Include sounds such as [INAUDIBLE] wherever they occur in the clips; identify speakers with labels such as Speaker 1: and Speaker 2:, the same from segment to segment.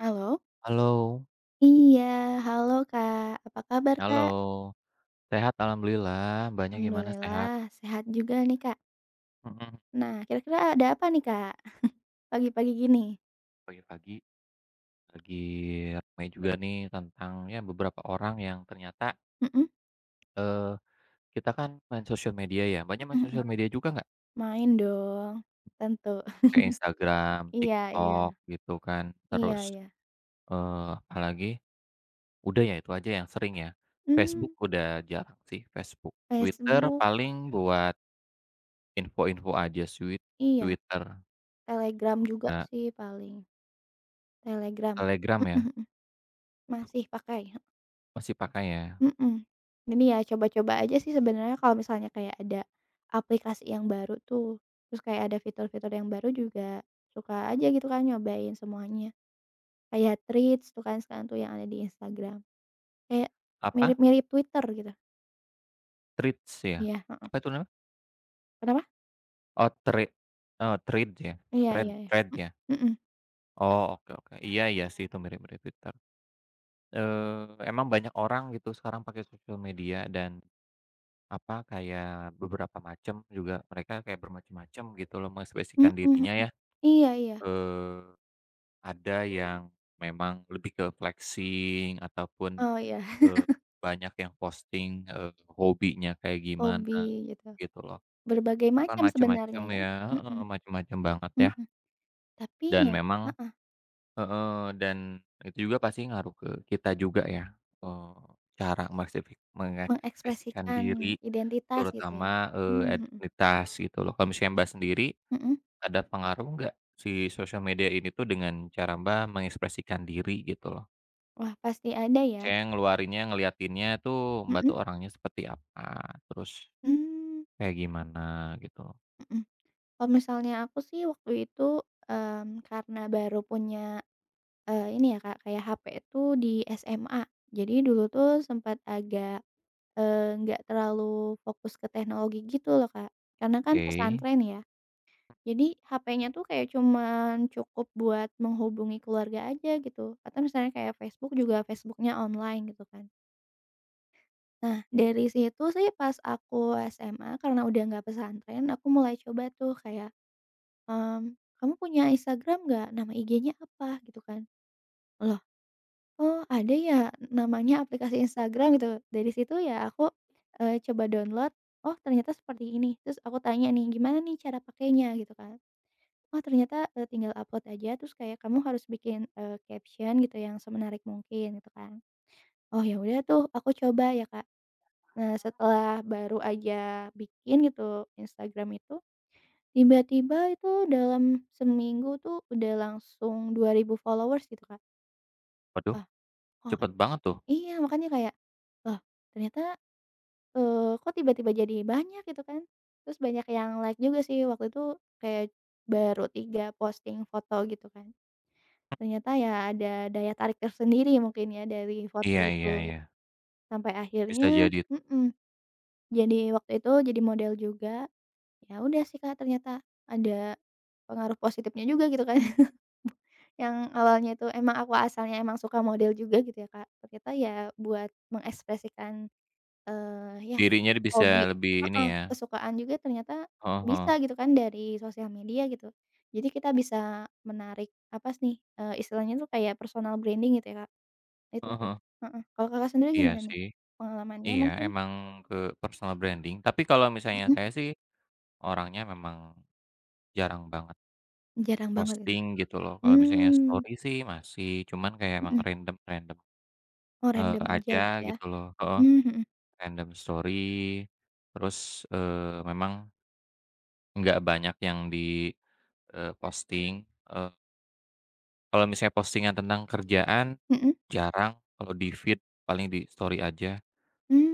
Speaker 1: Halo?
Speaker 2: Halo,
Speaker 1: Iya, halo Kak, apa kabar Kak?
Speaker 2: halo. Sehat alhamdulillah, Mbaknya gimana sehat?
Speaker 1: Alhamdulillah sehat juga nih Kak.
Speaker 2: Mhm,
Speaker 1: Nah kira-kira ada apa nih Kak? [LAUGHS] Pagi-pagi gini?
Speaker 2: pagi-pagi lagi rame juga nih tentang ya beberapa orang yang ternyata,
Speaker 1: Mhm? Mhm
Speaker 2: eee, kita kan main sosial media ya, banyak
Speaker 1: mhm.
Speaker 2: main sosial
Speaker 1: [LAUGHS]
Speaker 2: media juga nggak?
Speaker 1: Main dong, tentu. [LAUGHS]
Speaker 2: Kayak Instagram,
Speaker 1: Iya iya,
Speaker 2: TikTok gitu kan,
Speaker 1: iya iya.
Speaker 2: apalagi? Udah ya itu aja yang sering ya.
Speaker 1: Mmm,
Speaker 2: Facebook udah jarang sih, Facebook. Twitter
Speaker 1: Facebook
Speaker 2: paling buat info-info aja, swit
Speaker 1: iya,
Speaker 2: Twitter,
Speaker 1: Telegram juga
Speaker 2: nggak
Speaker 1: sih paling, Telegram.
Speaker 2: Telegram
Speaker 1: Mhm
Speaker 2: ya?
Speaker 1: mhm, masih pakai?
Speaker 2: Masih pakai ya?
Speaker 1: Mhm. Ini ya coba-coba aja sih sebenarnya kalau misalnya kayak ada aplikasi yang baru tuh, terus kayak ada fitur-fitur yang baru juga suka aja gitu kan nyobain semuanya. Kayak Threads tuh kan sekarang tuh yang ada di Instagram, kayak
Speaker 2: Apa?
Speaker 1: mirip-mirip Twitter gitu.
Speaker 2: Treats ya?
Speaker 1: Iya, heeh.
Speaker 2: Apa itu namanya?
Speaker 1: Kenapa?
Speaker 2: Oh treat, oh treat ya?
Speaker 1: Iya
Speaker 2: Thread
Speaker 1: iya iya.
Speaker 2: thread ya?
Speaker 1: Mhm
Speaker 2: Oh oke oke. Iya iya sih itu mirip-mirip Twitter. Emang banyak orang gitu sekarang pakai sosial media dan, apa, kayak beberapa macam juga mereka kayak bermacam-macam gitu loh mengekspresikan
Speaker 1: mhm mhm
Speaker 2: dirinya
Speaker 1: mhm.
Speaker 2: ya,
Speaker 1: Iya iya.
Speaker 2: eee, ada yang memang lebih ke flexing ataupun,
Speaker 1: Oh iya, [LAUGHS]
Speaker 2: eee, banyak yang posting, hobinya kayak
Speaker 1: hobi
Speaker 2: gimana,
Speaker 1: gitu.
Speaker 2: gitu loh.
Speaker 1: Berbagai
Speaker 2: Itu kan
Speaker 1: macam
Speaker 2: macam-macam
Speaker 1: sebenarnya ya.
Speaker 2: ya
Speaker 1: Mhm
Speaker 2: heeh, macam-macam banget ya.
Speaker 1: mhm. Tapi
Speaker 2: Dan
Speaker 1: ya
Speaker 2: memang
Speaker 1: heeh,
Speaker 2: heeh, dan itu juga pasti ngaruh ke kita juga ya, eee, cara mengekspresikan
Speaker 1: mengekspresikan
Speaker 2: diri
Speaker 1: identitas gitu ya.
Speaker 2: terutama,
Speaker 1: Mmm, mhm.
Speaker 2: etnitas gitu loh. Kalau misalnya Mbak sendiri,
Speaker 1: Mhm.
Speaker 2: ada pengaruh nggak si sosial media ini tuh dengan cara Mbak mengekspresikan diri gitu loh?
Speaker 1: Wah, pasti ada ya.
Speaker 2: Misalnya ngeluarinnya, ngeliatinnya tuh Mbak
Speaker 1: Mhm.
Speaker 2: tuh orangnya seperti apa, terus
Speaker 1: Mmm.
Speaker 2: kayak gimana gitu.
Speaker 1: Mhm. Kalau misalnya aku sih waktu itu, karena baru punya, ini ya Kak, kayak HP itu di SMA. Jadi dulu tuh sempat agak, nggak terlalu fokus ke teknologi gitu loh Kak, karena kan
Speaker 2: Oke.
Speaker 1: pesantren ya. Jadi HP-nya tuh kayak cuman cukup buat menghubungi keluarga aja gitu, atau misalnya kayak Facebook juga, Facebook-nya online gitu kan. Nah, dari situ sih pas aku SMA karena udah nggak pesantren, aku mulai coba tuh kayak, mmm, "Kamu punya Instagram nggak? Nama IG-nya apa?" Gitu kan. "Loh, oh ada ya namanya aplikasi Instagram," gitu. Dari situ ya aku, coba download, "Oh ternyata seperti ini." Terus aku tanya nih, "Gimana nih cara pakainya?" Gitu kan. "Oh ternyata, tinggal upload aja terus kayak kamu harus bikin, caption gitu yang semenarik mungkin," gitu kan. Oh ya udah tuh aku coba ya, Kak. Nah, setelah baru aja bikin gitu Instagram itu, tiba-tiba itu dalam seminggu tuh udah langsung 2.000 followers gitu, Kak.
Speaker 2: Waduh,
Speaker 1: Wah, wah
Speaker 2: cepet banget tuh.
Speaker 1: iya, makanya kayak, wah ternyata, eh kok tiba-tiba jadi banyak?" Gitu kan. Terus banyak yang like juga sih, waktu itu kayak baru 3 posting foto gitu kan. Ternyata ya ada daya tarik tersendiri mungkin ya dari foto
Speaker 2: Iya
Speaker 1: itu
Speaker 2: iya
Speaker 1: gitu,
Speaker 2: iya,
Speaker 1: sampai
Speaker 2: bisa
Speaker 1: akhirnya
Speaker 2: jadi tuh.
Speaker 1: jadi waktu itu jadi model juga. Ya udah sih Kak, ternyata ada pengaruh positifnya juga gitu kan, [LAUGHS] yang awalnya itu emang aku asalnya emang suka model juga gitu ya Kak, ternyata ya buat mengekspresikan, ya
Speaker 2: Dirinya bisa
Speaker 1: hobi
Speaker 2: lebih ini
Speaker 1: heeh,
Speaker 2: ya.
Speaker 1: kesukaan juga ternyata
Speaker 2: Heeh heeh.
Speaker 1: bisa gitu kan dari sosial media gitu. Jadi kita bisa menarik apa sih, istilahnya tuh kayak personal branding gitu ya Kak, itu
Speaker 2: Heeh
Speaker 1: sih.
Speaker 2: heeh.
Speaker 1: Heeh, kalau Kakak sendiri
Speaker 2: Iya
Speaker 1: gimana nih
Speaker 2: sih.
Speaker 1: pengalamannya
Speaker 2: Iya,
Speaker 1: mungkin?
Speaker 2: emang ke personal branding, tapi kalau misalnya
Speaker 1: Mhm,
Speaker 2: saya sih orangnya memang jarang banget
Speaker 1: jarang banget ya?
Speaker 2: posting gitu loh, kalau misalnya
Speaker 1: Mmm,
Speaker 2: story sih masih, cuman kayak emang
Speaker 1: mhm,
Speaker 2: random-random,
Speaker 1: oh random aja
Speaker 2: aja
Speaker 1: gitu ya?
Speaker 2: gitu loh heeh,
Speaker 1: Mmm, mhm.
Speaker 2: random story, terus, memang nggak banyak yang di, posting, eee, kalau misalnya postingan tentang kerjaan
Speaker 1: Mhm,
Speaker 2: jarang, kalau di-feed paling di story aja.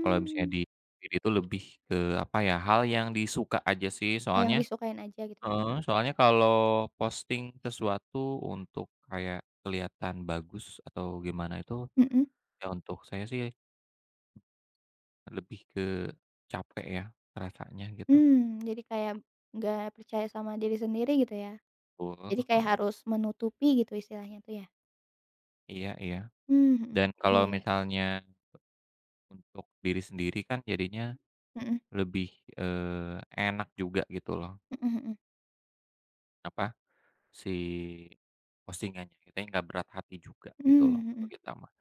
Speaker 2: Kalau misalnya di sendiri itu lebih ke apa ya, hal yang disuka aja sih
Speaker 1: oh yang
Speaker 2: soalnya
Speaker 1: disukain aja gitu ya?
Speaker 2: heeh, soalnya kalau posting sesuatu untuk kayak kelihatan bagus atau gimana itu,
Speaker 1: Mhm,
Speaker 2: ya untuk saya sih lebih ke capek ya rasanya gitu.
Speaker 1: mmm, jadi kayak nggak percaya sama diri sendiri gitu ya?
Speaker 2: Betul,
Speaker 1: Jadi kayak
Speaker 2: heeh,
Speaker 1: harus menutupi gitu istilahnya tuh ya?
Speaker 2: iya iya.
Speaker 1: Mmm, mhm,
Speaker 2: Dan kalau
Speaker 1: iya ya,
Speaker 2: misalnya untuk diri sendiri kan jadinya
Speaker 1: mhm
Speaker 2: lebih, enak juga gitu loh,
Speaker 1: mhm mhm,
Speaker 2: apa, si postingannya, kita nggak berat hati juga gitu loh
Speaker 1: mmm,
Speaker 2: kalau
Speaker 1: mhm
Speaker 2: kita mah.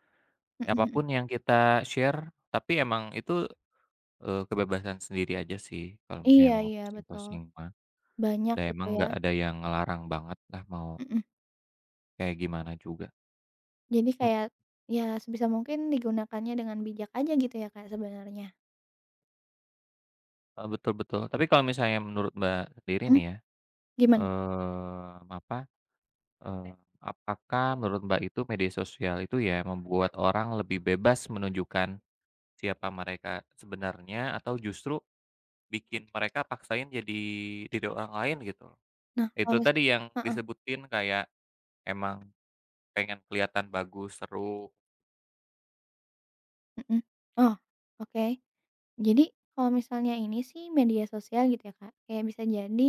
Speaker 1: mhm mhm,
Speaker 2: Apapun yang kita share, tapi emang itu, kebebasan sendiri aja sih kalau
Speaker 1: iya
Speaker 2: misalnya mau
Speaker 1: iya betul,
Speaker 2: posting-posting mah,
Speaker 1: banyak
Speaker 2: dan
Speaker 1: gitu
Speaker 2: emang
Speaker 1: ya,
Speaker 2: nggak ada yang ngelarang banget lah mau
Speaker 1: mhm,
Speaker 2: kayak gimana juga.
Speaker 1: jadi
Speaker 2: Mhm,
Speaker 1: kayak ya sebisa mungkin digunakannya dengan bijak aja gitu ya Kak sebenarnya?
Speaker 2: betul betul. Tapi kalau misalnya menurut Mbak sendiri
Speaker 1: Mhm,
Speaker 2: nih ya,
Speaker 1: gimana?
Speaker 2: mmm, apa, eee, apakah menurut Mbak itu media sosial itu ya membuat orang lebih bebas menunjukkan siapa mereka sebenarnya atau justru bikin mereka paksain jadi diri orang lain gitu?
Speaker 1: Nah, kalau
Speaker 2: Itu
Speaker 1: mis
Speaker 2: tadi yang
Speaker 1: heeh,
Speaker 2: disebutin kayak emang pengen kelihatan bagus, seru,
Speaker 1: mhm, oh oke. Jadi, kalau misalnya ini sih media sosial gitu ya, Kak, kayak bisa jadi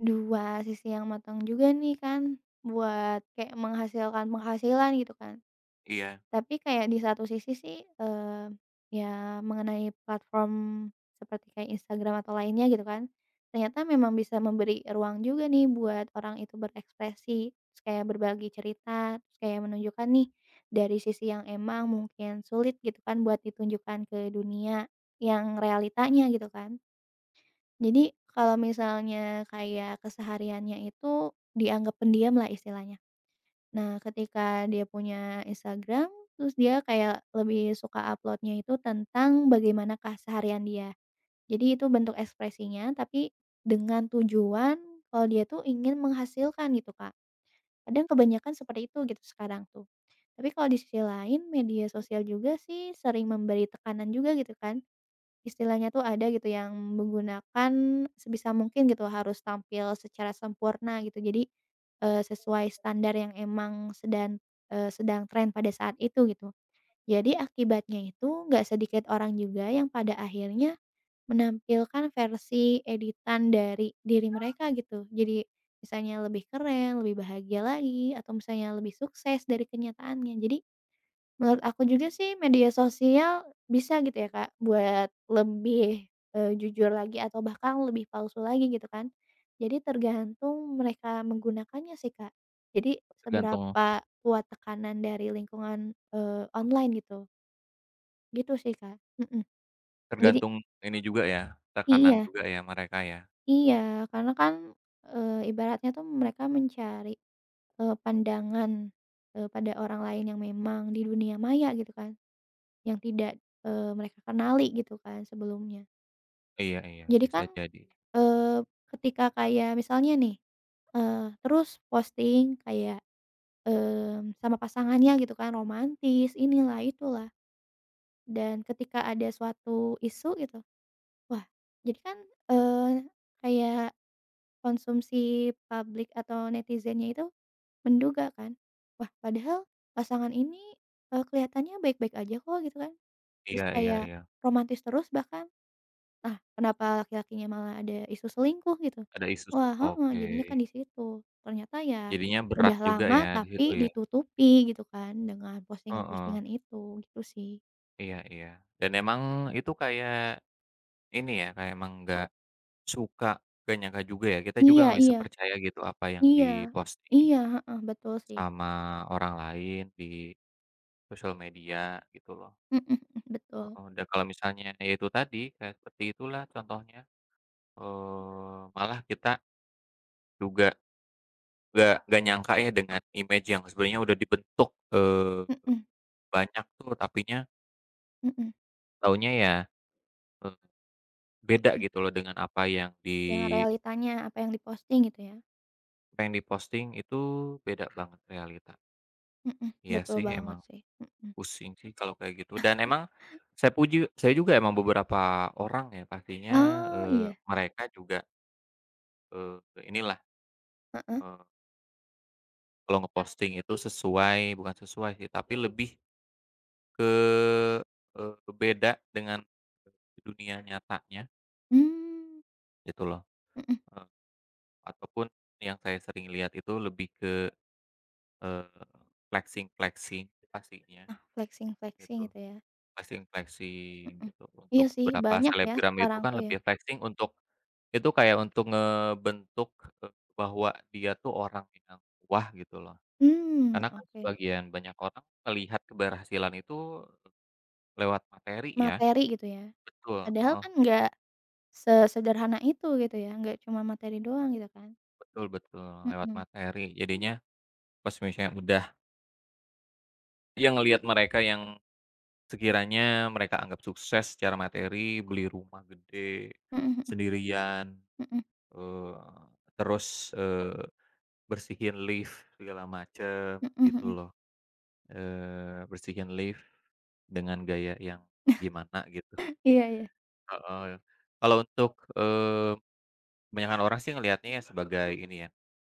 Speaker 1: 2 sisi yang matang juga nih kan buat kayak menghasilkan penghasilan gitu kan.
Speaker 2: iya.
Speaker 1: Tapi kayak di satu sisi sih, ya mengenai platform seperti kayak Instagram atau lainnya gitu kan, ternyata memang bisa memberi ruang juga nih buat orang itu berekspresi, terus kayak berbagi cerita, terus kayak menunjukkan nih dari sisi yang emang mungkin sulit gitu kan buat ditunjukkan ke dunia yang realitanya gitu kan. Jadi kalau misalnya kayak kesehariannya itu dianggap pendiam lah istilahnya. Nah, ketika dia punya Instagram, terus dia kayak lebih suka uploadnya itu tentang bagaimana keseharian dia. Jadi itu bentuk ekspresinya, tapi dengan tujuan kalau dia tuh ingin menghasilkan gitu, Kak. Kadang kebanyakan seperti itu gitu sekarang tuh. Tapi kalau di sisi lain media sosial juga sih sering memberi tekanan juga gitu kan. Istilahnya tuh ada gitu yang menggunakan sebisa mungkin gitu harus tampil secara sempurna gitu jadi, sesuai standar yang emang sedang tren pada saat itu gitu. Jadi akibatnya itu nggak sedikit orang juga yang pada akhirnya menampilkan versi editan dari diri mereka gitu. Jadi misalnya lebih keren, lebih bahagia lagi, atau misalnya lebih sukses dari kenyataannya. Jadi, menurut aku juga sih media sosial bisa gitu ya Kak buat lebih, jujur lagi atau bahkan lebih palsu lagi gitu kan. Jadi tergantung mereka menggunakannya sih Kak. Jadi
Speaker 2: Tergantung.
Speaker 1: seberapa kuat tekanan dari lingkungan,
Speaker 2: Mmm,
Speaker 1: online gitu, gitu sih Kak, mhm. Jadi
Speaker 2: tergantung ini juga ya, tekanan
Speaker 1: iya
Speaker 2: juga ya mereka ya.
Speaker 1: iya karena kan, ibaratnya tuh mereka mencari, pandangan, pada orang lain yang memang di dunia maya gitu kan. Yang tidak, mereka kenali gitu kan sebelumnya.
Speaker 2: Iya iya,
Speaker 1: Jadi
Speaker 2: bisa
Speaker 1: kan,
Speaker 2: jadi.
Speaker 1: eee, ketika kayak misalnya nih, terus posting kayak, sama pasangannya gitu kan romantis, inilah itulah. Dan ketika ada suatu isu gitu, wah jadi kan, eee, kayak konsumsi publik atau netizennya itu menduga kan, wah padahal pasangan ini, kelihatannya baik-baik aja kok gitu kan. Terus
Speaker 2: Iya iya
Speaker 1: kayak
Speaker 2: iya,
Speaker 1: romantis terus bahkan. Lah, kenapa laki-lakinya malah ada isu selingkuh gitu.
Speaker 2: ada isu se
Speaker 1: Wah heeh,
Speaker 2: oke.
Speaker 1: jadinya kan di situ. Ternyata ya
Speaker 2: Jadinya berat
Speaker 1: udah
Speaker 2: juga
Speaker 1: lama
Speaker 2: ya di situ
Speaker 1: tapi
Speaker 2: ya?
Speaker 1: ditutupi gitu kan dengan
Speaker 2: Heeh,
Speaker 1: postingan-postingan itu, gitu sih.
Speaker 2: iya iya. Dan emang itu kayak ini ya, kayak emang nggak suka nggak nyangka juga ya, kita juga
Speaker 1: Iya
Speaker 2: nggak bisa
Speaker 1: iya
Speaker 2: percaya gitu apa yang
Speaker 1: iya
Speaker 2: diposting
Speaker 1: iya, heeh, betul sih.
Speaker 2: sama orang lain di sosial media gitu loh.
Speaker 1: Mhm mhm, betul.
Speaker 2: Heeh, dan kalau misalnya ya itu tadi, kayak seperti itulah contohnya, malah kita juga nggak nyangka ya dengan image yang sebenarnya udah dibentuk,
Speaker 1: Mhm
Speaker 2: banyak tuh tapinya
Speaker 1: mhm
Speaker 2: taunya ya, eee, beda
Speaker 1: mhm,
Speaker 2: gitu loh dengan apa yang di
Speaker 1: dengan realitanya apa yang diposting gitu ya.
Speaker 2: apa yang diposting itu beda banget realita.
Speaker 1: Mhm,
Speaker 2: Iya
Speaker 1: betul
Speaker 2: sih
Speaker 1: banget
Speaker 2: emang
Speaker 1: sih, mhm.
Speaker 2: pusing sih kalau kayak gitu dan emang saya puji saya juga emang beberapa orang ya pastinya,
Speaker 1: Oh iya,
Speaker 2: mereka juga, inilah,
Speaker 1: heeh,
Speaker 2: eee kalau ngeposting itu sesuai bukan sesuai sih, tapi lebih ke, eee, beda dengan dunia nyatanya
Speaker 1: mmm,
Speaker 2: gitu loh,
Speaker 1: mhm.
Speaker 2: eee, ataupun yang saya sering lihat itu lebih ke, flexing-flexing pastinya
Speaker 1: Nah flexing-flexing
Speaker 2: gitu,
Speaker 1: gitu ya,
Speaker 2: flexing-flexing
Speaker 1: mhm.
Speaker 2: gitu.
Speaker 1: Iya
Speaker 2: Untuk
Speaker 1: sih
Speaker 2: beberapa
Speaker 1: banyak ya
Speaker 2: selebgram itu
Speaker 1: sekarang
Speaker 2: kan
Speaker 1: tuh ya.
Speaker 2: lebih flexing untuk itu kayak untuk ngebentuk, bahwa dia tuh orang yang wah gitu loh.
Speaker 1: Mmm,
Speaker 2: Karena kan
Speaker 1: oke.
Speaker 2: sebagian banyak orang melihat keberhasilan itu lewat materi ya.
Speaker 1: Materi gitu ya?
Speaker 2: Betul,
Speaker 1: Padahal
Speaker 2: heeh,
Speaker 1: kan nggak sesederhana itu gitu ya, nggak cuma materi doang gitu kan?
Speaker 2: betul betul, lewat
Speaker 1: Mhm.
Speaker 2: materi. Jadinya pas misalnya udah ya ngelihat mereka yang sekiranya mereka anggap sukses secara materi, beli rumah gede,
Speaker 1: Mhm
Speaker 2: sendirian,
Speaker 1: mhm
Speaker 2: eee, terus, bersihin lift segala macem
Speaker 1: mhm mhm
Speaker 2: gitu
Speaker 1: mhm.
Speaker 2: loh, bersihin lift dengan gaya yang gimana gitu,
Speaker 1: Iya iya.
Speaker 2: heeh. Kalau untuk, eee, kebanyakan orang sih ngelihatnya ya sebagai ini ya,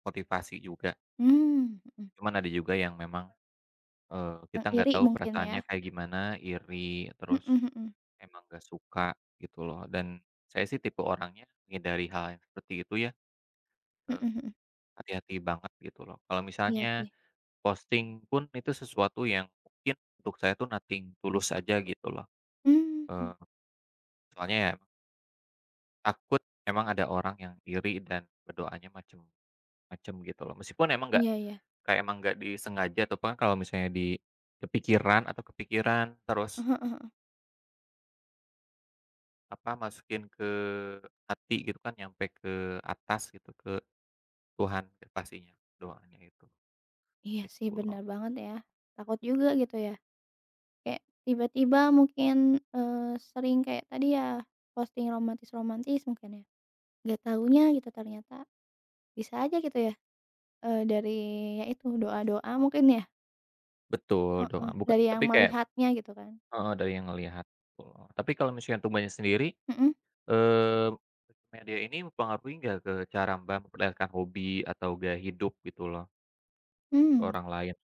Speaker 2: motivasi juga,
Speaker 1: Mmm, mhm.
Speaker 2: cuman ada juga yang memang eee,
Speaker 1: Yang
Speaker 2: kita nggak
Speaker 1: iri
Speaker 2: tahu
Speaker 1: mungkin ya?
Speaker 2: perasaannya kayak gimana, iri,
Speaker 1: Mhm
Speaker 2: terus
Speaker 1: mhm.
Speaker 2: emang nggak suka gitu loh, dan saya sih tipe orangnya menghindari hal yang seperti itu ya,
Speaker 1: Mhm
Speaker 2: eee,
Speaker 1: mhm.
Speaker 2: hati-hati banget gitu loh. Kalau
Speaker 1: Iya
Speaker 2: misalnya
Speaker 1: sih.
Speaker 2: posting pun itu sesuatu yang mungkin untuk saya tuh nothing tulus aja gitu loh,
Speaker 1: Mmm.
Speaker 2: eee, soalnya ya takut emang ada orang yang iri dan berdoanya macem-macem gitu loh. Meskipun emang nggak
Speaker 1: Iya iya.
Speaker 2: kayak emang nggak disengaja atau apa, kalau misalnya di kepikiran atau kepikiran
Speaker 1: Heeh
Speaker 2: terus
Speaker 1: heeh.
Speaker 2: apa, masukin ke hati gitu kan, nyampe ke atas gitu, ke Tuhan gitu pastinya doanya itu,
Speaker 1: Iya sih
Speaker 2: gitu loh.
Speaker 1: bener banget ya. Takut juga gitu ya. Kayak tiba-tiba mungkin, eee, sering kayak tadi ya, posting romantis-romantis mungkin ya? Nggak tahunya gitu ternyata bisa aja gitu ya dari ya itu doa-doa mungkin ya?
Speaker 2: Betul,
Speaker 1: Heeh.
Speaker 2: doa bukan
Speaker 1: Dari yang
Speaker 2: tapi kayak
Speaker 1: melihatnya gitu kan?
Speaker 2: heeh, dari yang ngelihat, betul. Tapi kalau misalnya untuk Mbaknya sendiri,
Speaker 1: Mhm,
Speaker 2: eee, sosial media ini mempengaruhi nggak ke cara Mbak memperlihatkan hobi atau gaya hidup gitu loh, ke
Speaker 1: mmm,
Speaker 2: orang lain?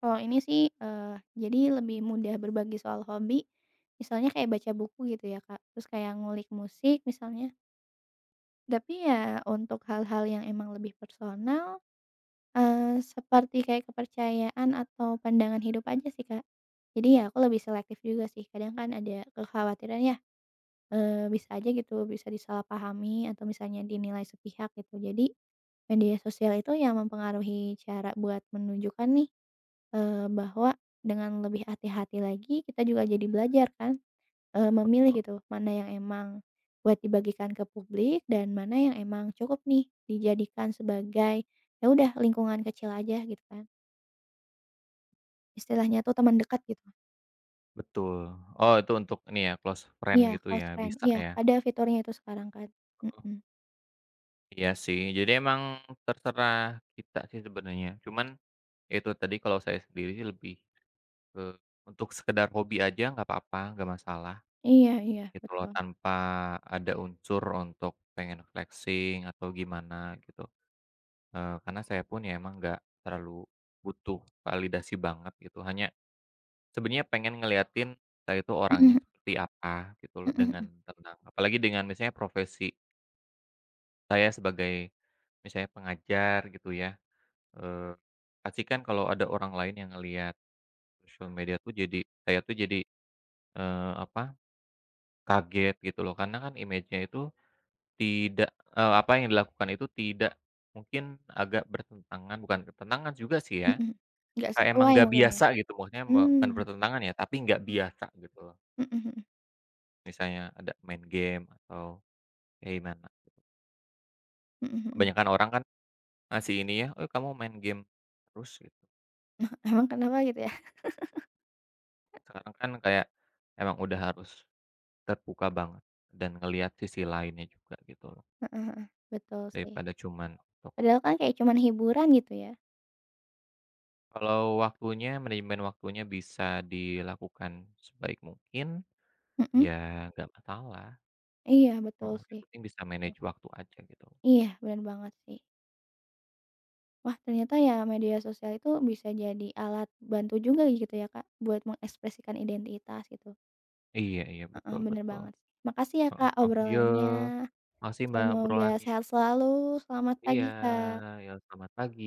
Speaker 1: kalau ini sih, jadi lebih mudah berbagi soal hobi, misalnya kayak baca buku gitu ya Kak, terus kayak ngulik musik misalnya. Tapi ya untuk hal-hal yang emang lebih personal, seperti kayak kepercayaan atau pandangan hidup aja sih Kak. Jadi ya aku lebih selektif juga sih, kadang kan ada kekhawatiran ya, bisa aja gitu bisa disalahpahami atau misalnya dinilai sepihak gitu. Jadi, media sosial itu yang mempengaruhi cara buat menunjukkan nih, bahwa dengan lebih hati-hati lagi kita juga jadi belajar kan, memilih
Speaker 2: Heeh,
Speaker 1: gitu mana yang emang buat dibagikan ke publik dan mana yang emang cukup nih dijadikan sebagai, ya udah lingkungan kecil aja gitu kan, istilahnya tuh teman dekat gitu.
Speaker 2: betul. Oh, itu untuk ini ya, close
Speaker 1: Iya
Speaker 2: friend gitu
Speaker 1: close
Speaker 2: ya,
Speaker 1: friend,
Speaker 2: bisa
Speaker 1: iya
Speaker 2: ya?
Speaker 1: ada fiturnya itu sekarang kan,
Speaker 2: Heeh.
Speaker 1: mhm.
Speaker 2: Iya sih, jadi emang terserah kita sih sebenarnya, cuman ya itu tadi kalau saya sendiri sih lebih ke untuk sekedar hobi aja nggak apa-apa, nggak masalah,
Speaker 1: Iya iya
Speaker 2: gitu loh,
Speaker 1: betul,
Speaker 2: tanpa ada unsur untuk pengen flexing atau gimana gitu. Karena saya pun ya emang nggak terlalu butuh validasi banget gitu, hanya sebenarnya pengen ngeliatin saya itu orangnya
Speaker 1: mhm
Speaker 2: seperti apa gitu loh,
Speaker 1: mhm
Speaker 2: dengan
Speaker 1: mhm
Speaker 2: tenang. Apalagi dengan misalnya profesi saya sebagai misalnya pengajar gitu ya, eee, pasti kan kalau ada orang lain yang ngelihat sosial media tuh jadi saya tuh jadi eee, apa, kaget gitu loh karena kan image-nya itu tidak eee, apa yang dilakukan itu tidak mungkin agak bertentangan bukan bertentangan juga sih ya,
Speaker 1: mhm mhm, nggak
Speaker 2: kayak emang
Speaker 1: sesuai
Speaker 2: nggak
Speaker 1: mungkin ya?
Speaker 2: biasa gitu maksudnya me bukan
Speaker 1: Mmm,
Speaker 2: bertentangan ya tapi nggak
Speaker 1: mhm,
Speaker 2: biasa gitu loh.
Speaker 1: mhm mhm,
Speaker 2: Misalnya ada main game atau kayak gimana.
Speaker 1: mhm mhm.
Speaker 2: Kebanyakan orang kan ngasih ini ya, "Eh, kamu main game terus," gitu.
Speaker 1: Emang kenapa gitu ya?
Speaker 2: Sekarang kan kayak emang udah harus terbuka banget dan ngelihat sisi lainnya juga gitu loh
Speaker 1: Heeh heeh, betul sih.
Speaker 2: daripada cuman
Speaker 1: Padahal kan kayak cuman hiburan gitu ya?
Speaker 2: kalau waktunya, manajemen waktunya bisa dilakukan sebaik mungkin,
Speaker 1: Mhm,
Speaker 2: ya nggak masalah,
Speaker 1: iya betul
Speaker 2: heeh, yang
Speaker 1: sih.
Speaker 2: penting bisa
Speaker 1: Betul.
Speaker 2: manage waktu aja gitu.
Speaker 1: Iya bener banget sih. Wah ternyata ya media sosial itu bisa jadi alat bantu juga gitu ya Kak, buat mengekspresikan identitas gitu.
Speaker 2: Iya iya,
Speaker 1: Heeh,
Speaker 2: betul
Speaker 1: bener
Speaker 2: betul,
Speaker 1: banget. Makasih ya
Speaker 2: heeh
Speaker 1: Kak
Speaker 2: heeh, iya,
Speaker 1: obrolannya,
Speaker 2: makasih Mbak,
Speaker 1: semoga
Speaker 2: obrolannya.
Speaker 1: sehat selalu, selamat
Speaker 2: Iya,
Speaker 1: pagi Kak.
Speaker 2: yo selamat pagi.